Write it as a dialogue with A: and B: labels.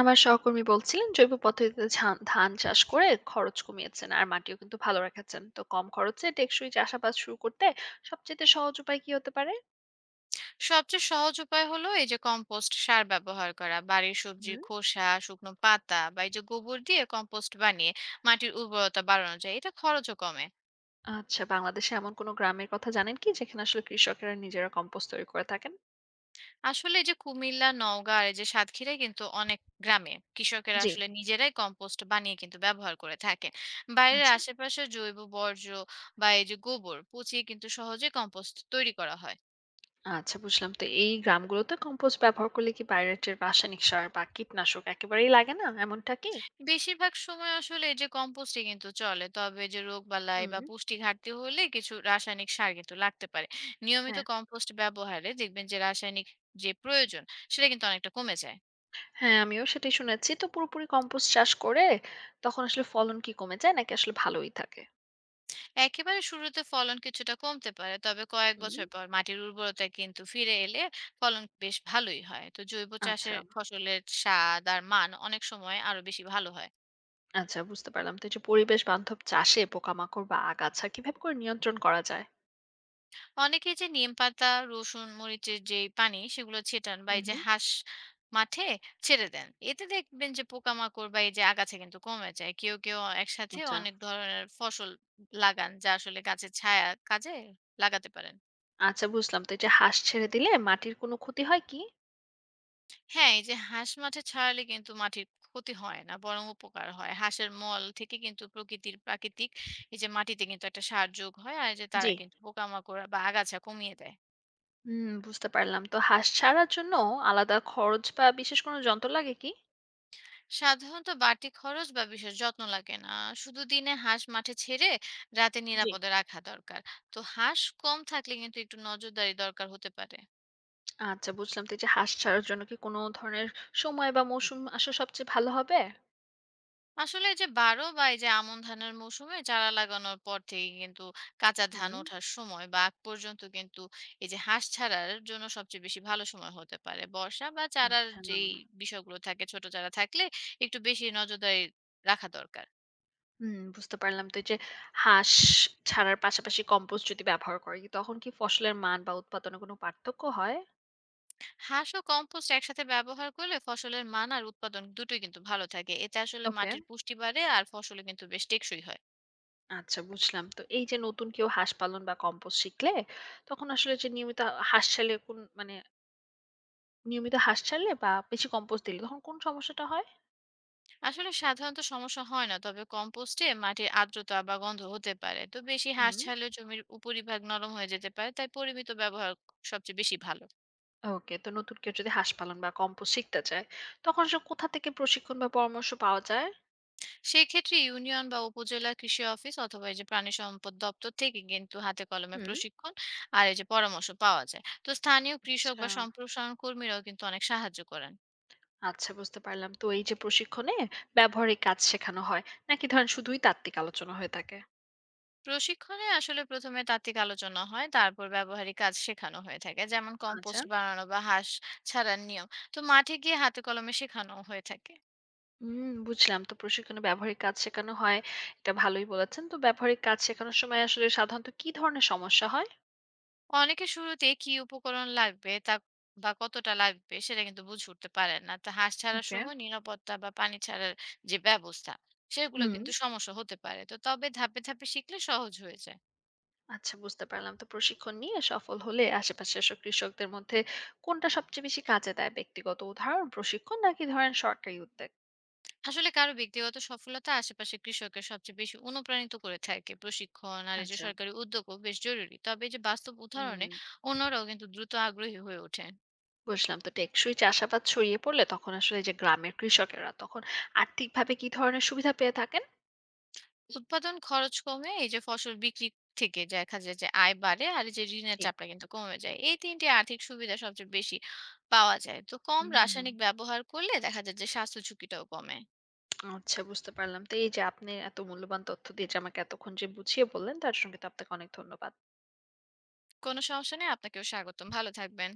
A: আমার সহকর্মী বলছিলেন জৈব পদ্ধতিতে ধান চাষ করে খরচ কমিয়েছেন আর মাটিও কিন্তু ভালো রাখাচ্ছেন। তো কম খরচে টেকসই চাষাবাদ শুরু করতে সবচেয়ে সহজ উপায় কি হতে পারে?
B: সবচেয়ে সহজ উপায় হলো এই যে কম্পোস্ট সার ব্যবহার করা, বাড়ির সবজির
A: হুম।
B: খোসা, শুকনো পাতা বা এই যে গোবর দিয়ে কম্পোস্ট বানিয়ে মাটির উর্বরতা বাড়ানো যায়, এটা খরচও কমে।
A: আচ্ছা, বাংলাদেশে এমন কোনো গ্রামের কথা জানেন কি যেখানে আসলে কৃষকেরা নিজেরা কম্পোস্ট তৈরি করে থাকেন?
B: আসলে এই যে কুমিল্লা, নওগাঁ আর এই যে সাতক্ষীরায় কিন্তু অনেক গ্রামে কৃষকেরা
A: জি।
B: আসলে নিজেরাই কম্পোস্ট বানিয়ে কিন্তু ব্যবহার করে থাকে। বাইরের
A: আচ্ছা।
B: আশেপাশে জৈব বর্জ্য বা এই যে গোবর পচিয়ে কিন্তু সহজে কম্পোস্ট তৈরি করা হয়।
A: আচ্ছা বুঝলাম। তো এই গ্রামগুলোতে কম্পোস্ট ব্যবহার করলে কি বাইরের রাসায়নিক সার বা কীটনাশক একেবারেই লাগে না এমনটা কি?
B: বেশিরভাগ সময় আসলে এই যে কম্পোস্টই কিন্তু চলে, তবে যে রোগ বালাই বা
A: হুম।
B: পুষ্টি ঘাটতি হলে কিছু রাসায়নিক সার কিন্তু লাগতে পারে। নিয়মিত
A: হ্যাঁ।
B: কম্পোস্ট ব্যবহারে দেখবেন যে রাসায়নিক যে প্রয়োজন সেটা কিন্তু অনেকটা কমে যায়।
A: হ্যাঁ, আমিও সেটাই শুনেছি। তো পুরোপুরি কম্পোস্ট চাষ করে তখন আসলে ফলন কি কমে যায় নাকি আসলে ভালোই থাকে?
B: একেবারে শুরুতে ফলন কিছুটা কমতে পারে, তবে কয়েক
A: হুম।
B: বছর পর মাটির উর্বরতা কিন্তু ফিরে এলে ফলন বেশ ভালোই হয়। তো জৈব
A: আচ্ছা।
B: চাষের ফসলের স্বাদ আর মান অনেক সময় আরো বেশি ভালো হয়।
A: আচ্ছা বুঝতে পারলাম। তো এই যে পরিবেশ বান্ধব চাষে পোকামাকড় বা আগাছা কিভাবে করে নিয়ন্ত্রণ করা যায়?
B: অনেকে যে নিম পাতা, রসুন, মরিচের যে পানি সেগুলো ছেটান বা
A: হুম,
B: এই যে
A: হুম।
B: হাঁস মাঠে ছেড়ে দেন, এতে দেখবেন যে পোকামাকড় বা এই যে আগাছা কিন্তু কমে যায়। কেউ কেউ একসাথে
A: আচ্ছা।
B: অনেক ধরনের ফসল লাগান, যা আসলে গাছের ছায়া কাজে লাগাতে পারেন।
A: আচ্ছা বুঝলাম। তো এই যে হাঁস ছেড়ে দিলে মাটির কোনো ক্ষতি হয় কি?
B: হ্যাঁ, এই যে হাঁস মাঠে ছড়ালে কিন্তু মাটির ক্ষতি হয় না, বরং উপকার হয়। হাঁসের মল থেকে কিন্তু প্রকৃতির প্রাকৃতিক এই যে মাটিতে কিন্তু একটা সার যোগ হয়, আর এই যে তারা
A: জি।
B: কিন্তু পোকামাকড় বা আগাছা কমিয়ে দেয়।
A: হুম, বুঝতে পারলাম। তো হাঁস ছাড়ার জন্য আলাদা খরচ বা বিশেষ কোনো যন্ত্র লাগে কি?
B: সাধারণত বাড়তি খরচ বা বিশেষ যত্ন লাগে না, শুধু দিনে হাঁস মাঠে ছেড়ে রাতে
A: জি।
B: নিরাপদে রাখা দরকার। তো হাঁস কম থাকলে কিন্তু একটু নজরদারি দরকার হতে পারে।
A: আচ্ছা বুঝলাম। তো এই যে হাঁস ছাড়ার জন্য কি কোনো ধরনের সময় বা মৌসুম আসা সবচেয়ে ভালো হবে?
B: আসলে এই যে বারো বা এই যে আমন ধানের মৌসুমে চারা লাগানোর পর থেকে কিন্তু কাঁচা ধান
A: হুম।
B: ওঠার সময় বা আগ পর্যন্ত কিন্তু এই যে হাঁস ছাড়ার জন্য সবচেয়ে বেশি ভালো সময় হতে পারে বর্ষা, বা চারার
A: আচ্ছা।
B: যেই বিষয়গুলো থাকে, ছোট চারা থাকলে একটু বেশি নজরদারি রাখা দরকার।
A: হুম, বুঝতে পারলাম। তো এই যে হাঁস ছাড়ার পাশাপাশি কম্পোস্ট যদি ব্যবহার করি, তখন কি ফসলের মান বা উৎপাদনে কোনো পার্থক্য হয়?
B: হাঁস ও কম্পোস্ট একসাথে ব্যবহার করলে ফসলের মান আর উৎপাদন দুটোই কিন্তু ভালো থাকে, এতে আসলে
A: ওকে।
B: মাটির পুষ্টি বাড়ে আর ফসলও কিন্তু বেশ টেকসই হয়।
A: আচ্ছা, বুঝলাম। তো এই যে নতুন কেউ হাঁস পালন বা কম্পোস্ট শিখলে, তখন আসলে যে নিয়মিত হাঁস ছাড়লে কোন মানে নিয়মিত হাঁস ছাড়লে বা বেশি কম্পোস্ট দিলে তখন কোন সমস্যাটা হয়?
B: আসলে সাধারণত সমস্যা হয় না, তবে কম্পোস্টে মাটির আর্দ্রতা বা গন্ধ হতে পারে। তো বেশি হাঁস
A: হুম।
B: ছাড়লে জমির উপরিভাগ নরম হয়ে যেতে পারে, তাই পরিমিত ব্যবহার সবচেয়ে বেশি ভালো।
A: ওকে, তো নতুন কেউ যদি হাঁস পালন বা কম্পোস্ট শিখতে চায়, তখন আসলে কোথা থেকে প্রশিক্ষণ বা পরামর্শ পাওয়া যায়?
B: সেই ক্ষেত্রে ইউনিয়ন বা উপজেলা কৃষি অফিস অথবা এই যে প্রাণী সম্পদ দপ্তর থেকে কিন্তু হাতে কলমে
A: হুম।
B: প্রশিক্ষণ আর এই যে পরামর্শ পাওয়া যায়। তো স্থানীয় কৃষক
A: আচ্ছা।
B: বা সম্প্রসারণ কর্মীরাও কিন্তু অনেক সাহায্য করেন।
A: আচ্ছা বুঝতে পারলাম। তো এই যে প্রশিক্ষণে ব্যবহারিক কাজ শেখানো হয় নাকি ধরেন শুধুই তাত্ত্বিক আলোচনা হয়ে থাকে?
B: প্রশিক্ষণে আসলে প্রথমে তাত্ত্বিক আলোচনা হয়, তারপর ব্যবহারিক কাজ শেখানো হয়ে থাকে, যেমন
A: আচ্ছা।
B: কম্পোস্ট বানানো বা হাঁস ছাড়ার নিয়ম। তো মাঠে গিয়ে হাতে কলমে শেখানো হয়ে থাকে।
A: হুম বুঝলাম। তো প্রশিক্ষণে ব্যবহারিক কাজ শেখানো হয়। এটা ভালোই বলেছেন। তো ব্যবহারিক কাজ শেখানোর সময় আসলে সাধারণত কি ধরনের সমস্যা হয়?
B: অনেকে শুরুতে কি উপকরণ লাগবে তা বা কতটা লাগবে সেটা কিন্তু বুঝে উঠতে পারেন না, তা হাঁস ছাড়ার
A: ওকে।
B: সময় নিরাপত্তা বা পানি ছাড়ার যে ব্যবস্থা সেগুলো
A: হুম।
B: কিন্তু সমস্যা হতে পারে। তো তবে ধাপে ধাপে শিখলে সহজ হয়ে যায়।
A: আচ্ছা বুঝতে পারলাম। তো প্রশিক্ষণ নিয়ে সফল হলে আশেপাশের এসব কৃষকদের মধ্যে কোনটা সবচেয়ে বেশি কাজে দেয়? ব্যক্তিগত উদাহরণ, প্রশিক্ষণ নাকি ধরেন সরকারি উদ্যোগ?
B: আসলে কারো ব্যক্তিগত সফলতা আশেপাশে কৃষকের সবচেয়ে বেশি অনুপ্রাণিত করে থাকে, প্রশিক্ষণ আর এই যে
A: আচ্ছা।
B: সরকারি উদ্যোগও বেশ জরুরি, তবে এই যে বাস্তব
A: হুম।
B: উদাহরণে অন্যরাও কিন্তু দ্রুত আগ্রহী হয়ে ওঠেন।
A: বুঝলাম। তো টেকসই চাষাবাদ ছড়িয়ে পড়লে তখন আসলে যে গ্রামের কৃষকেরা তখন আর্থিকভাবে কি ধরনের সুবিধা পেয়ে থাকেন?
B: উৎপাদন খরচ কমে, এই যে ফসল বিক্রি থেকে দেখা যায় যে আয় বাড়ে, আর এই যে ঋণের
A: জি।
B: চাপটা কিন্তু কমে যায়, এই তিনটি আর্থিক সুবিধা সবচেয়ে বেশি পাওয়া যায়। তো কম
A: হুম,
B: রাসায়নিক ব্যবহার করলে দেখা যায় যে স্বাস্থ্য ঝুঁকিটাও কমে।
A: আচ্ছা বুঝতে পারলাম। তো এই যে আপনি এত মূল্যবান তথ্য দিয়ে যে আমাকে এতক্ষণ যে বুঝিয়ে বললেন তার জন্য কিন্তু আপনাকে অনেক ধন্যবাদ।
B: কোনো সমস্যা নেই, আপনাকেও স্বাগতম, ভালো থাকবেন।